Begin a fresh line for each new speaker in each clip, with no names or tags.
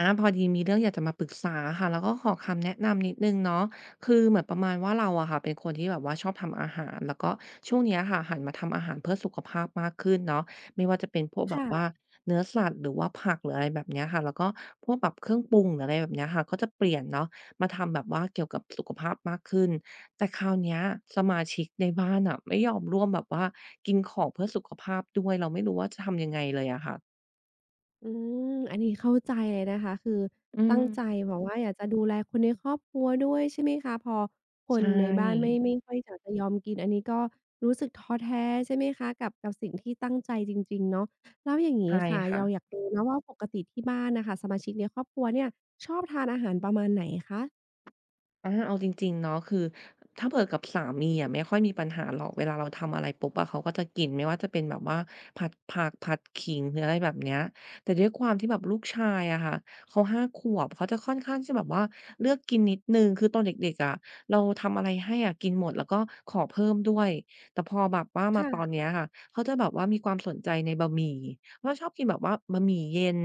อาพอดีมีเรื่องอยากจะมาปรึกษาค่ะแล้วก็ขอคำแนะนำนิดนึงเนาะคือเหมือนประมาณว่าเราอะค่ะเป็นคนที่แบบว่าชอบทำอาหารแล้วก็ช่วงเนี้ยค่ะหันมาทำอาหารเพื่อสุขภาพมากขึ้นเนาะไม่ว่าจะเป็นพวกแบบว่า
ค่ะ
เนื้อสัตว์หรือว่าผักหรืออะไรแบบเนี้ยค่ะแล้วก็พวกแบบเครื่องปรุงหรืออะไรแบบเนี้ยค่ะก็จะเปลี่ยนเนาะมาทำแบบว่าเกี่ยวกับสุขภาพมากขึ้นแต่คราวเนี้ยสมาชิกในบ้านอะไม่ยอมร่วมแบบว่ากินของเพื่อสุขภาพด้วยเราไม่รู้ว่าจะทำยังไงเลยอะค่ะ
อือันนี้เข้าใจเลยนะคะคือ
อื
ตั้
ม
งใจแอบว่าอยากจะดูแลคนในครอบครัวด้วยใช่ไหมคะพอค
ใช
นในบ้านไม่
่
ไม่ค่อยอยากจะยอมกินอันนี้ก็รู้สึกท้อแท้ใช่ไหมคะกับสิ่งที่ตั้งใจจริงๆเนาะแล้วอย่างงี้
ใช่
ค่ะ
ค่ะ
เราอยากรู้นะว่าปกติที่บ้านน่ะค่ะสมาชิกในครอบครัวเนี่ยชอบทานอาหารประมาณไหนคะ
อาเอาจริงๆเนาะคือถ้าเผื่อกับสามีอะไม่ค่อยมีปัญหาหรอกเวลาเราทำอะไรปุ๊บอะเขาก็จะกินไม่ว่าจะเป็นแบบว่าผัดผักผัดขิงหรืออะไรแบบเนี้ยแต่ด้วยความที่แบบลูกชายอะค่ะเขาห้าขวบเขาจะค่อนข้างที่จะแบบว่าเลือกกินนิดหนึ่งคือตอนเด็กๆอะเราทำอะไรให้อะกินหมดแล้วก็ขอเพิ่มด้วยแต่พอแบบว่ามาตอน
ค่ะ
เนี้ยค่ะเขาจะแบบว่ามีความสนใจในบะหมี่เขาชอบกินแบบว่าบะหมี่เย็น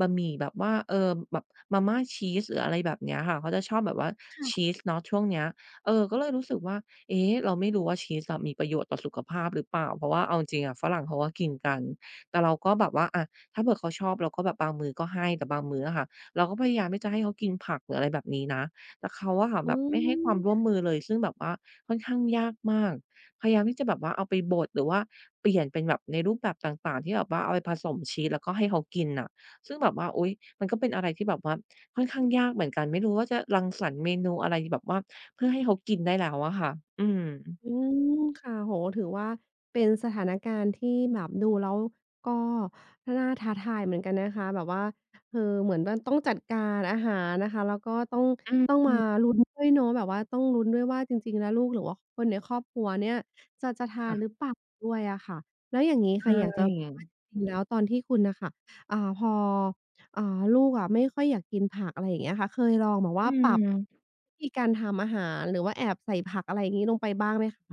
บะหมี่แบบว่าแบบมาม่าชีสหรืออะไรแบบเนี้ยค่ะเขาจะชอบแบบว่าชีสเนาะช่วงเนี้ยก็เลยรู้สึกว่าเอ๊ะเราไม่รู้ว่าชีสอะมีประโยชน์ต่อสุขภาพหรือเปล่าเพราะว่าเอาจริงๆอะฝรั่งเขาก็กินกันแต่เราก็แบบว่าอะถ้าเผื่อเขาชอบเราก็แบบบางมื้อก็ให้แต่บางมื้ออะค่ะเราก็พยายามที่จะให้เขากินผักหรืออะไรแบบนี้นะแต่เขาอะค่ะ
อื
แบบไม่ให้ความร่วม
ม
มือเลยซึ่งแบบว่าค่อนข้างยากมากพยายามที่จะแบบว่าเอาไปบดหรือว่าเปลี่ยนเป็นแบบในรูปแบบต่างๆที่แบบว่าเอาไปผสมชีสแล้วก็ให้เขากินน่ะ ซึ่งแบบว่าอุ๊ยมันก็เป็นอะไรที่แบบว่าค่อนข้างยากเหมือนกันไม่รู้ว่าจะรังสรรค์เมนูอะไรแบบว่าเพื่อให้เขากินได้แล้วอะค่ะอืม
อืมค่ะโอ้โฮถือว่าเป็นสถานการณ์ที่แบบดูแล้วก็น่าท้าทายเหมือนกันนะคะแบบว่าเออเหมือนว่าต้องจัดการอาหารนะคะแล้วก็ต้อง
อื
ต้องมา
ม
ลุ้นด้วยเนาะแบบว่าต้องลุ้นด้วยว่าจริงๆแล้วลูกหรือว่าคนในครอบครัวเนี่ยจะทาน
ค่ะ
หรือเปล่าด้วยอะค่ะแล้วอย่างงี้ค่ะอยาก
ใช่
จะูว่าจริงๆแล้วตอนที่คุณน่ะค่ะอ่าพอ อ่าลูกอะไม่ค่อยอยากกินผักอะไรอย่างเงี้ยค่ะเคยลองแบบ
อื
ว่าปรับ
ม
วิธีการทำอาหารหรือว่าแอบใส่ผักอะไรอย่างงี้ลงไปบ้างไหมคะ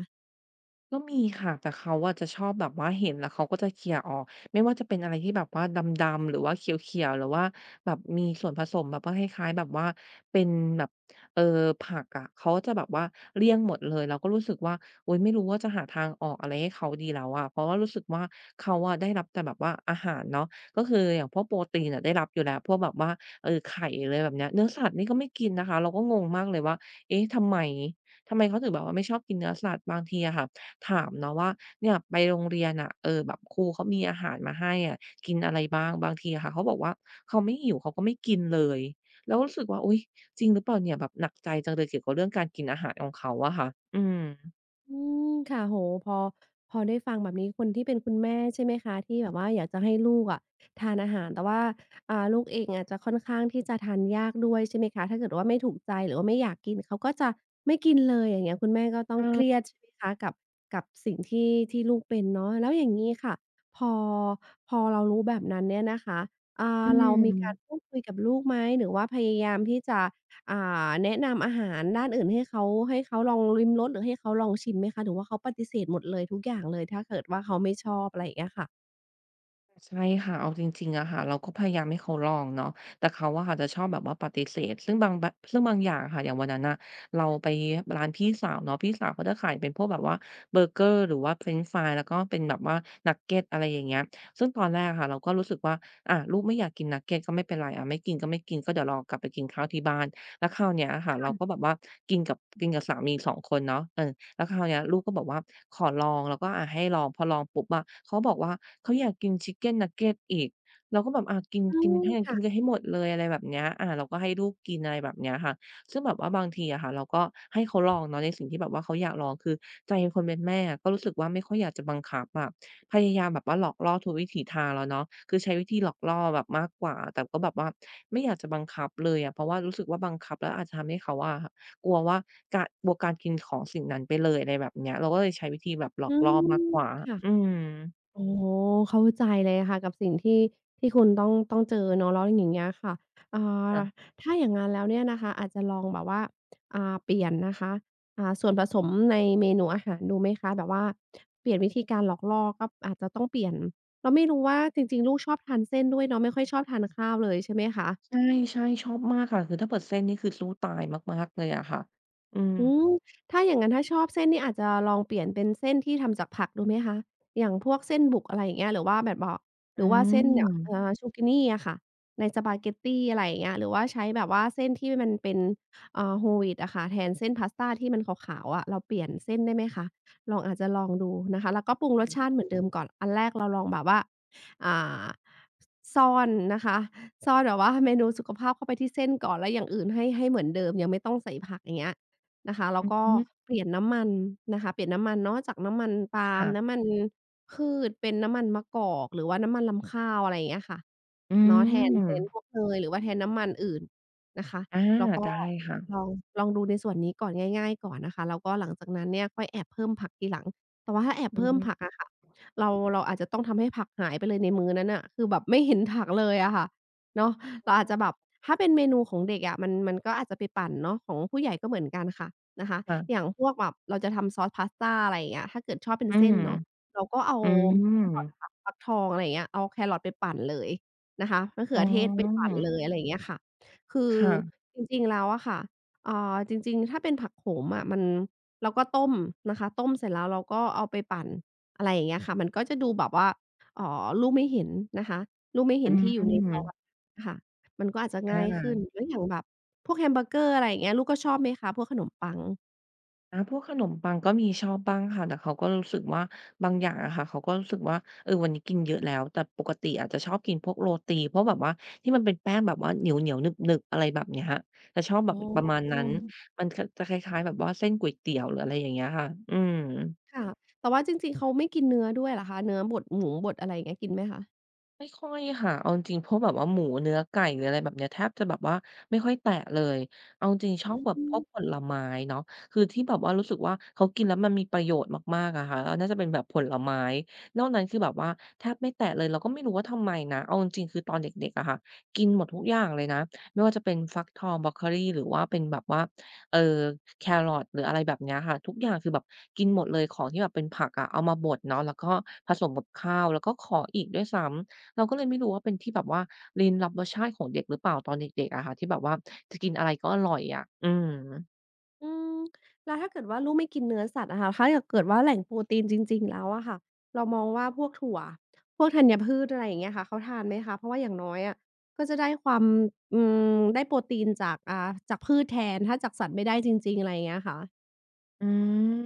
ก็มีค่ะแต่เขาอะจะชอบแบบว่าเห็นแล้วเขาก็จะเคลียร์ออกไม่ว่าจะเป็นอะไรที่แบบว่าดำๆหรือว่าเขียวๆหรือว่าแบบมีส่วนผสมแบบว่าคล้ายๆแบบว่าเป็นแบบเออผักอะเขาจะแบบว่าเลี่ยงหมดเลยเราก็รู้สึกว่าโอ๊ยไม่รู้ว่าจะหาทางออกอะไรให้เขาดีแล้วอะเพราะว่ารู้สึกว่าเขาอะได้รับแต่แบบว่าอาหารเนาะก็คืออย่างพวกโปรตีนอะได้รับอยู่แล้วพวกแบบว่าไข่เลยแบบเนี้ยเนื้อสัตว์นี่ก็ไม่กินนะคะเราก็งงมากเลยว่าเอ๊ะทำไมทำไมเขาถึงแบบว่าไม่ชอบกินเนื้อสัตว์บางทีอะค่ะ ถามเนาะว่าเนี่ยไปโรงเรียนอะแบบครูเขามีอาหารมาให้อะกินอะไรบ้างบางทีอะค่ะเขาบอกว่าเขาไม่หิวเขาก็ไม่กินเลยเราก็รู้สึกว่าอุ๊ยจริงหรือเปล่าเนี่ยแบบหนักใจจังเลยเกี่ยวกับเรื่องการกินอาหารของเขาอะค่ะอืม
อืค่ะโอ้โฮพอพอได้ฟังแบบนี้คนที่เป็นคุณแม่ใช่ไหมคะที่แบบว่าอยากจะให้ลูกอะทานอาหารแต่ว่าลูกเองอาจจะค่อนข้างที่จะทานยากด้วยใช่ไหมคะถ้าเกิดว่าไม่ถูกใจหรือว่าไม่อยากกินเขาก็จะไม่กินเลยอย่างเงี้ยคุณแม่ก็ต้องเค
เออ
รียดใช่ไหมคะกับสิ่งที่ที่ลูกเป็นเนาะแล้วอย่างงี้ค่ะพอพอเรารู้แบบนั้นเนี่ยนะคะอ่า
อื
เรามีกา
ม
รพูดคุยกับลูกไหมหรือว่าพยายามที่จะ อ่าแนะนำอาหารด้านอื่นให้เขาให้เขาลองลิ้มรสหรือให้เขาลองชิมไหมคะหรือว่าเขาปฏิเสธหมดเลยทุกอย่างเลยถ้าเกิดว่าเขาไม่ชอบอะไรอย่างเงี้ยค่ะ
ใช่ค่ะเอาจริงๆอะค่ะเราก็พยายามให้เขาลองเนาะแต่เขาอะค่ะจะชอบแบบว่าปฏิเสธซึ่งบางอย่างอะค่ะอย่างวันนั้นน่ะเราไปร้านพี่สาวเนาะพี่สาวเขาจะขายเป็นพวกแบบว่าเบอร์เกอร์หรือว่าเฟรนช์ฟรายแล้วก็เป็นแบบว่านักเกตอะไรอย่างเงี้ยซึ่งตอนแรกอะค่ะเราก็รู้สึกว่าอะลูกไม่อยากกินนักเกตก็ไม่เป็นไรอะไม่กินก็ไม่กินก็เดี๋ยวเรากลับไปกินข้าวที่บ้านแล้วคราวเนี้ยอะค่ะเราก็แบบว่ากินกับสามี2คนเนาะแล้วคราวเนี้ยลูกก็บอกว่าขอลองเราก็อาให้ลองพอลองปุ๊บอะเขาบอกว่าเขาอยากกิน Chicken Nugget อีกเราก็แบบอากิน
อ้า
กิน
ว
ให้กินกั
ค่ะ
นให้หมดเลยอะไรแบบเนี้ยอาเราก็ให้ลูกกินอะไรแบบเนี้ยค่ะซึ่งแบบว่าบางทีอะค่ะเราก็ให้เขาลองเนาะในสิ่งที่แบบว่าเขาอยากลองคือใจคนเป็นแม่อะก็รู้สึกว่าไม่ค่อยอยากจะบังคับอะพยายามแบบว่าหลอกล่อทุกวิถีทางแล้วเนาะคือใช้วิธีหลอกล่อแบบมากกว่าแต่ก็แบบว่าไม่อยากจะบังคับเลยอะเพราะว่ารู้สึกว่าบังคับแล้วอาจจะทำให้เขาอะ กลัวว่ากะกลัวการกินของสิ่งนั้นไปเลยอะไรแบบเนี้ยเราก็เลยใช้วิธีแบบหลอ
อื
กล่อมาก
ม
กว่า
ค่ะ
อืม
โอ้โฮเข้าใจเลยค่ะกับสิ่งที่ที่คุณต้องเจอเนาะแล้วอย่างเงี้ยค่ะอ่า
ค่ะ
ถ้าอย่างงั้นแล้วเนี่ยนะคะอาจจะลองแบบว่าเปลี่ยนนะคะส่วนผสมในเมนูอาหารดูไหมคะแบบว่าเปลี่ยนวิธีการหลอกล่อก็อาจจะต้องเปลี่ยนเราไม่รู้ว่าจริงๆลูกชอบทานเส้นด้วยเนาะไม่ค่อยชอบทานข้าวเลยใช่ไหมคะ
ใช่ๆชอบมากค่ะคือถ้าเปิดเส้นนี่คือสู้ตายมากๆเลยอะค่ะอืม
อืมถ้าอย่างงั้นถ้าชอบเส้นนี่อาจจะลองเปลี่ยนเป็นเส้นที่ทำจากผักดูไหมคะอย่างพวกเส้นบุกอะไรอย่างเงี้ยหรือว่าแบบว่าะห
อื
รือว่าเส้นเนี่ย
ม
Zucchini อะค่ะในสปาเกตตีอะไรอย่างเงี้ยหรือว่าใช้แบบว่าเส้นที่มันเป็นWhole wheat อะค่ะแทนเส้นพาสตาที่มันขาวๆอะเราเปลี่ยนเส้นได้ไหมคะลองอาจจะลองดูนะคะแล้วก็ปรุงรสชาติเหมือนเดิมก่อนอันแรกเราลองแบบว่าอ่าซ่อนนะคะซ่อนแบบว่าเมนูสุขภาพเข้าไปที่เส้นก่อนแล้วอย่างอื่นให้เหมือนเดิมยังไม่ต้องใส่ผักอย่างเงี้ย นะคะแล้ว
อือ
ก็
ฮึ
เปลี่ยนน้ำมันนะคะเปลี่ยนน้ำมันเนาะจากน้ำมันปาล์ม
ค่ะ
น้ำมันพืชเป็นน้ำมันมะกอกหรือว่าน้ำมันรำข้าวอะไรอย่างเงี้ยค่ะ
อื
เนาะแทน
ม
พวกเนยหรือว่าแทนน้ำมันอื่นนะคะ
อา
แล้วก็
ได้ค่ะ
ลองลองดูในส่วนนี้ก่อนง่ายๆก่อนนะคะแล้วก็หลังจากนั้นเนี่ยค่อยแอบเพิ่มผักทีหลังแต่ว่าถ้าแอบ
อื
เพิ่มผัก
ม
อะค่ะเราอาจจะต้องทำให้ผักหายไปเลยในมื้อนั้นน่ะคือแบบไม่เห็นผักเลยอะค่ะ เนาะเราอาจจะแบบถ้าเป็นเมนูของเด็กอะมันก็อาจจะไปปั่นเนาะของผู้ใหญ่ก็เหมือนกันค่ะนะคะ
ค่ะ
อย่างพวกแบบเราจะทำซอสพาสตาอะไรอย่างเงี้ยถ้าเกิดชอบเป็น
อื
เส้
ม
นเนาะเราก็เอา
อืม
แครอทอะค่ะฟักทองอะไรอย่างเงี้ยเอาแครอทไปปั่นเลยนะคะมะเขื
อ๋
อเทศไปปั่
อ
นเลยอะไรอย่างเงี้ยค่ะคือ
ค่ะ
จริงๆแล้วอะค่ะเอ่าจริงๆถ้าเป็นผักโขมอะมันเราก็ต้มนะคะต้มเสร็จแล้วเราก็เอาไปปั่นอะไรอย่างเงี้ยค่ะมันก็จะดูแบบว่าเอ่อลูกไม่เห็นนะคะลูกไม่
อื
เห็นที่อยู่ใน
ม
ซอส ค่ะมันก็อาจจะง่ายขึ้น
อา
แล้วอย่างแบบพวกแฮมเบอร์เกอร์อะไรอย่างเงี้ยลูกก็ชอบไหมคะพวกขนมปัง
อาพวกขนมปังก็มีชอบบ้างค่ะแต่เขาก็รู้สึกว่าบางอย่างอะค่ะเขาก็รู้สึกว่าเออวันนี้กินเยอะแล้วแต่ปกติอาจจะชอบกินพวกโรตีเพราะแบบว่าที่มันเป็นแป้งแบบว่าเหนียวเหนยวหนึบๆอะไรแบบเนี้ยจะชอบแบ
อ๋
บประมา
อ
ณนั้นมันก็จะคล้ายๆแบบว่าเส้นก๋วยเตี๋ยวหรืออะไรอย่างเงี้ยค่ะอืม
ค่ะแต่ว่าจริงๆเขาไม่กินเนื้อด้วยเหรอคะเนื้อบดหมูบดอะไรอย่างเงี้ยกินไหมคะ
ไม่ค่อยค่ะเอาจริงๆพวกแบบว่าหมูเนื้อไก่หรืออะไรแบบเนี้ยแทบจะแบบว่าไม่ค่อยแตะเลยเอาจริงๆชอบ
อื
แบบพว
ม
กผลไม้เนาะคือที่แบบว่ารู้สึกว่าเขากินแล้วมันมีประโยชน์มากๆอะค่ะแล้วน่าจะเป็นแบบผลไม้นอกนั้นคือแบบว่าแทบไม่แตะเลยเราก็ไม่รู้ว่าทำไมนะเอาจริงๆคือตอนเด็กๆอะค่ะกินหมดทุกอย่างเลยนะไม่ว่าจะเป็นฟักทองบรอกโคลีหรือว่าเป็นแบบว่าเอ่อแครอทหรืออะไรแบบเนี้ยค่ะทุกอย่างคือแบบกินหมดเลยของที่แบบเป็นผักอะเอามาบดเนาะแล้วก็ผสมกับข้าวแล้วก็ขออีกด้วยซ้ำ เราก็เลยไม่รู้ว่าเป็นที่แบบว่าลิ้นรับรสชาติของเด็กหรือเปล่าตอนเด็กๆอะค่ะที่แบบว่าจะกินอะไรก็อร่อยอะอืม
อืมแล้วถ้าเกิดว่าลูกไม่กินเนื้อสัตว์อะค่ะถ้าเกิดว่าแหล่งโปรตีนจริงๆแล้วอะค่ะเรามองว่าพวกถั่วพวกธัญพืชอะไรอย่างเงี้ยค่ะเขาทานไหมคะเพราะว่าอย่างน้อยอะก็จะได้ความอืมได้โปรตีนจากจากพืชแทนถ้าจากสัตว์ไม่ได้จริงๆอะไรอย่างเงี้ยค่ะ
อืม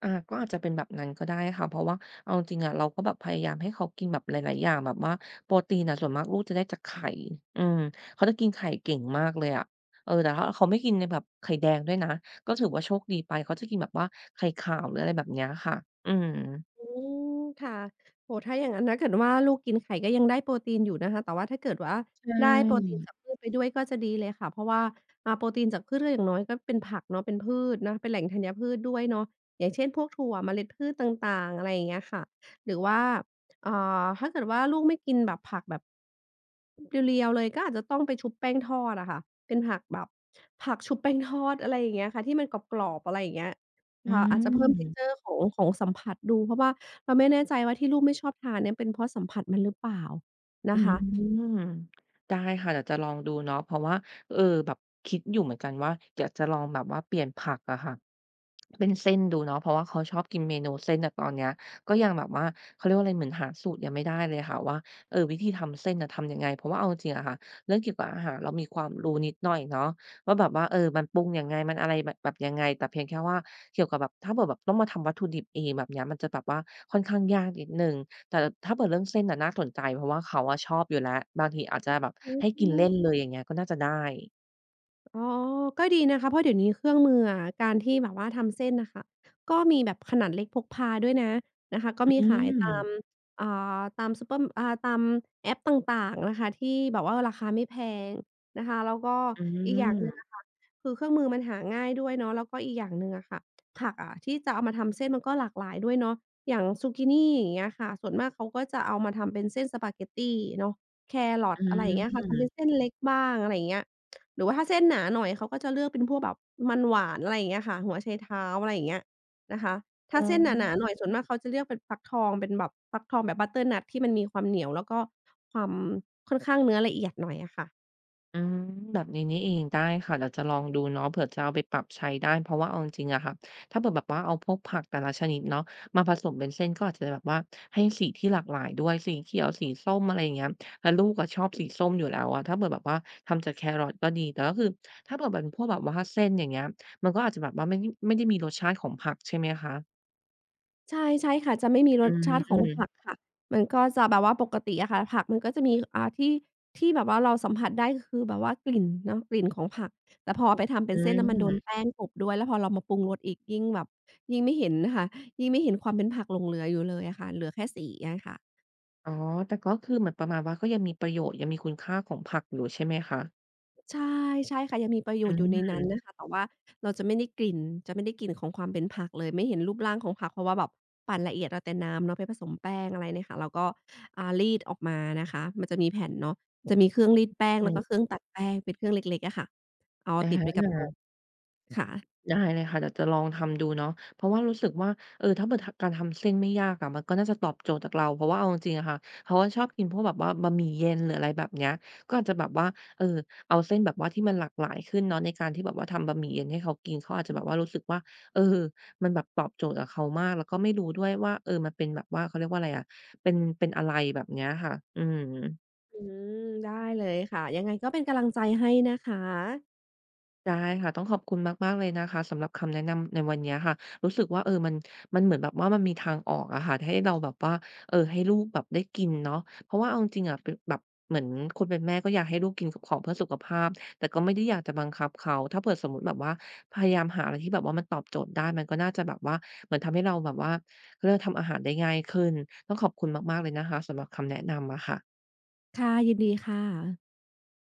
อาก็อาจจะเป็นแบบนั้นก็ได้ค่ะเพราะว่าเอาจริงๆอะเราก็แบบพยายามให้เขากินแบบหลายๆอย่างแบบว่าโปรตีนอะส่วนมากลูกจะได้จากไข่อืมเขาจะกินไข่เก่งมากเลยอะเออแต่ถ้าเขาไม่กินในแบบไข่แดงด้วยนะก็ถือว่าโชคดีไปเขาจะกินแบบว่าไข่ขาวหรืออะไรแบบเนี้ยค่ะอืม
อืมค่ะโอ้โฮถ้าอย่างงั้นถ้าเกิดว่าลูกกินไข่ก็ยังได้โปรตีนอยู่นะคะแต่ว่าถ้าเกิดว่า
ใช
ได้โปรตี
่
นจากพืชไปด้วยก็จะดีเลยค่ะเพราะว่าโปรตีนจากพืชก็อย่างน้อยก็เป็นผักเนาะเป็นพืชนะเป็นแหล่งธัญพืชด้วยเนาะอย่างเช่นพวกถั่วเมล็ดพืชต่างๆอะไรอย่างเงี้ยค่ะหรือว่าเอ่อถ้าเกิดว่าลูกไม่กินแบบผักแบบเรียวๆเลยก็อาจจะต้องไปชุบแป้งทอดอะค่ะเป็นผักแบบผักชุบแป้งทอดอะไรอย่างเงี้ยค่ะที่มันกรอบๆอะไรอย่างเงี้ย
อื
ค่ะอาจจะเพิ่ม
ม
texture ของของสัมผัสดูเพราะว่า เราไม่แน่ใจว่าที่ลูกไม่ชอบทานเนี่ยเป็นเพราะสัมผัสมันหรือเปล่า
อื
นะคะ
มได้ค่ะเดี๋ยวจะลองดูเนาะเพราะว่าเออแบบคิดอยู่เหมือนกันว่าอยากจะลองแบบว่าเปลี่ยนผักอะค่ะ เป็นเส้นดูเนาะเพราะว่าเขาชอบกินเมนูเส้นแต่ตอนเนี้ยก็ยังแบบว่าเขาเรียกว่าอะไรเหมือนหาสูตรยังไม่ได้เลยค่ะว่าเออวิธีทำเส้นน่ะทำยังไงเพราะว่าเอาจริงๆอะค่ะเรื่องเกี่ยวกับอาหารเรามีความรู้นิดหน่อยเนาะว่าแบบว่าเออมันปรุงยังไงมันอะไรแบบยังไงแต่เพียงแค่ว่าเกี่ยวกับแบบถ้าเผื่อแบบต้องมาทำวัตถุดิบเองแบบเนี้ยมันจะแบบว่าค่อนข้างยากนิดหนึ่งแต่ถ้าเผื่อเรื่องเส้นน่ะน่าสนใจเพราะว่าเขาอะชอบอยู่แล้วบางทีอาจจะแบบ
อื
ให้กิน
ม
เล่นเลยอย่างเงี้ยก็น่าจะได้
อ๋อก็ดีนะคะเพราะเดี๋ยวนี้เครื่องมืออะการที่แบบว่าทำเส้นน่ะค่ะก็มีแบบขนาดเล็กพกพาด้วยนะนะคะ ก็มี
อื
ขายตาม
ม
อ่าตามซูเปอร์ตามแอปต่างๆนะคะที่แบบว่าราคาไม่แพงนะคะแล้วก็
อื
อีกอย่าง
ม
หนึ่งอะค่ะคือเครื่องมือมันหาง่ายด้วยเนาะแล้วก็อีกอย่างหนึ่งอะค่ะผักอะที่จะเอามาทำเส้นมันก็หลากหลายด้วยเนาะอย่างซูกินีอย่างเงี้ยค่ะส่วนมากเขาก็จะเอามาทำเป็นเส้นสปาเกตตีเนาะแครอ
อ
ทอะไรอย่างเงี้ย
ืม
ค่ะทำเป็นเส้นเล็กบ้างอะไรอย่างเงี้ย หรือว่าถ้าเส้นหนาหน่อยเขาก็จะเลือกเป็นพวกแบบมันหวานอะไรอย่างเงี้ยค่ะหัวไชเท้าอะไรอย่างเงี้ยนะคะ
อ๋
ถ้าเส้นหนาๆหน่
อ
อยส่วนมากเขาจะเลือกเป็นฟักทองเป็นแบบฟักทองแบบ butternut ที่มันมีความเหนียวแล้วก็ความค่อนข้างเนื้อละเอียดหน่อยอะค่ะ
อืมแบบนี้นี่เองได้ค่ะเดี๋ยวจะลองดูเนาะเผื่อจะเอาไปปรับใช้ได้เพราะว่าเอาจริงๆอะค่ะถ้าเผื่อแบบว่าเอาพวกผักแต่ละชนิดเนาะมาผสมเป็นเส้นก็อาจจะแบบว่าให้สีที่หลากหลายด้วยสีเขียวสีส้มอะไรอย่างเงี้ยแล้วลูกก็ชอบสีส้มอยู่แล้วอะถ้าเผื่อแบบว่าทำจากแครอทก็ดีแต่ก็คือถ้าเผื่อเป็นพวกแบบว่าเส้นอย่างเงี้ยมันก็อาจจะแบบว่าไม่ได้มีรสชาติของผักใช่ไหมคะ
ใช่ใช่ค่ะจะไม่มีร
อื
สชาติของผั
ม
กค่ะมันก็จะแบบว่าปกติอะค่ะผักมันก็จะมีที่ที่แบบว่าเราสัมผัสได้ก็คือแบบว่ากลิ่นเนาะกลิ่นของผักแต่พอเอาไปทำเป็
อื
นเส้นน่ะมันโดน
ม
แป้งกลบด้วยแล้วพอเรามาปรุงรสอีกยิ่งแบบยิ่งไม่เห็นค่ะยิ่งไม่เห็นความเป็นผักหลงเหลืออยู่เลยอะค่ะเหลือแค่สีอะค่ะ
อ๋อแต่ก็คือเหมือนประมาณว่าก็ยังมีประโยชน์ยังมีคุณค่าของผักอยู่ใช่ไหมคะ
ใช่ใช่ค่ะยังมีประโย
อื
ชน์อยู่ในนั้
ม
นนะคะแต่ว่าเราจะไม่ได้กลิ่นจะไม่ได้กลิ่นของความเป็นผักเลยไม่เห็นรูปร่างของผักเพราะว่าแบบปั่นละเอียดเอาแต่น้ำเนาะไปผสมแป้งอะไรเนี่ยค่ะแล้วก็รีดออกมานะคะมันจะมีแผ่นเนาะจะมีเครื่องรีดแป้งแล้วก็เครื่องตัดแป้งเป็นเครื่องเล็กๆอะค่ะเอา
อ
ติดไว้กั
า
บโต๊ะค่ะ
ได้เลยค่ะเดี๋ยวจะลองทำดูเนาะเพราะว่ารู้สึกว่าเออถ้าเกิดการทำเส้นไม่ยากอะมันก็น่าจะตอบโจทย์จากเราเพราะว่าเอาจริงๆอะค่ะเขาก็ชอบกินพวกแบบว่าบะหมี่เย็นหรืออะไรแบบเนี้ยก็อาจจะแบบว่าเออเอาเส้นแบบว่าที่มันหลากหลายขึ้นเนาะในการที่แบบว่าทำบะหมี่เย็นให้เขากินเขาอาจจะแบบว่ารู้สึกว่าเออมันแบบตอบโจทย์กับเขามากแล้วก็ไม่รู้ด้วยว่าเออมันเป็นแบบว่าเขาเรียกว่าอะไรอะเป็นอะไรแบบเนี้ยค่ะอืม
อืมได้เลยค่ะยังไงก็เป็นกำลังใจให้นะคะ
ได้ค่ะต้องขอบคุณมากๆเลยนะคะสำหรับคำแนะนำในวันเนี้ยค่ะรู้สึกว่าเออมันมันเหมือนแบบว่ามันมีทางออกอะค่ะให้เราแบบว่าเออให้ลูกแบบได้กินเนาะเพราะว่าเอาจริงๆอะเป็นแบบเหมือนคนเป็นแม่ก็อยากให้ลูกกินกับของเพื่อสุขภาพแต่ก็ไม่ได้อยากจะบังคับเขาถ้าเผื่อสมมุติแบบว่าพยายามหาอะไรที่แบบว่ามันตอบโจทย์ได้มันก็น่าจะแบบว่าเหมือนทำให้เราแบบว่าเขาเรียกว่าทำอาหารได้ง่ายขึ้นต้องขอบคุณมากๆเลยนะคะสำหรับคำแนะนำอะค่ะ
ค่ะยินดีค่ะ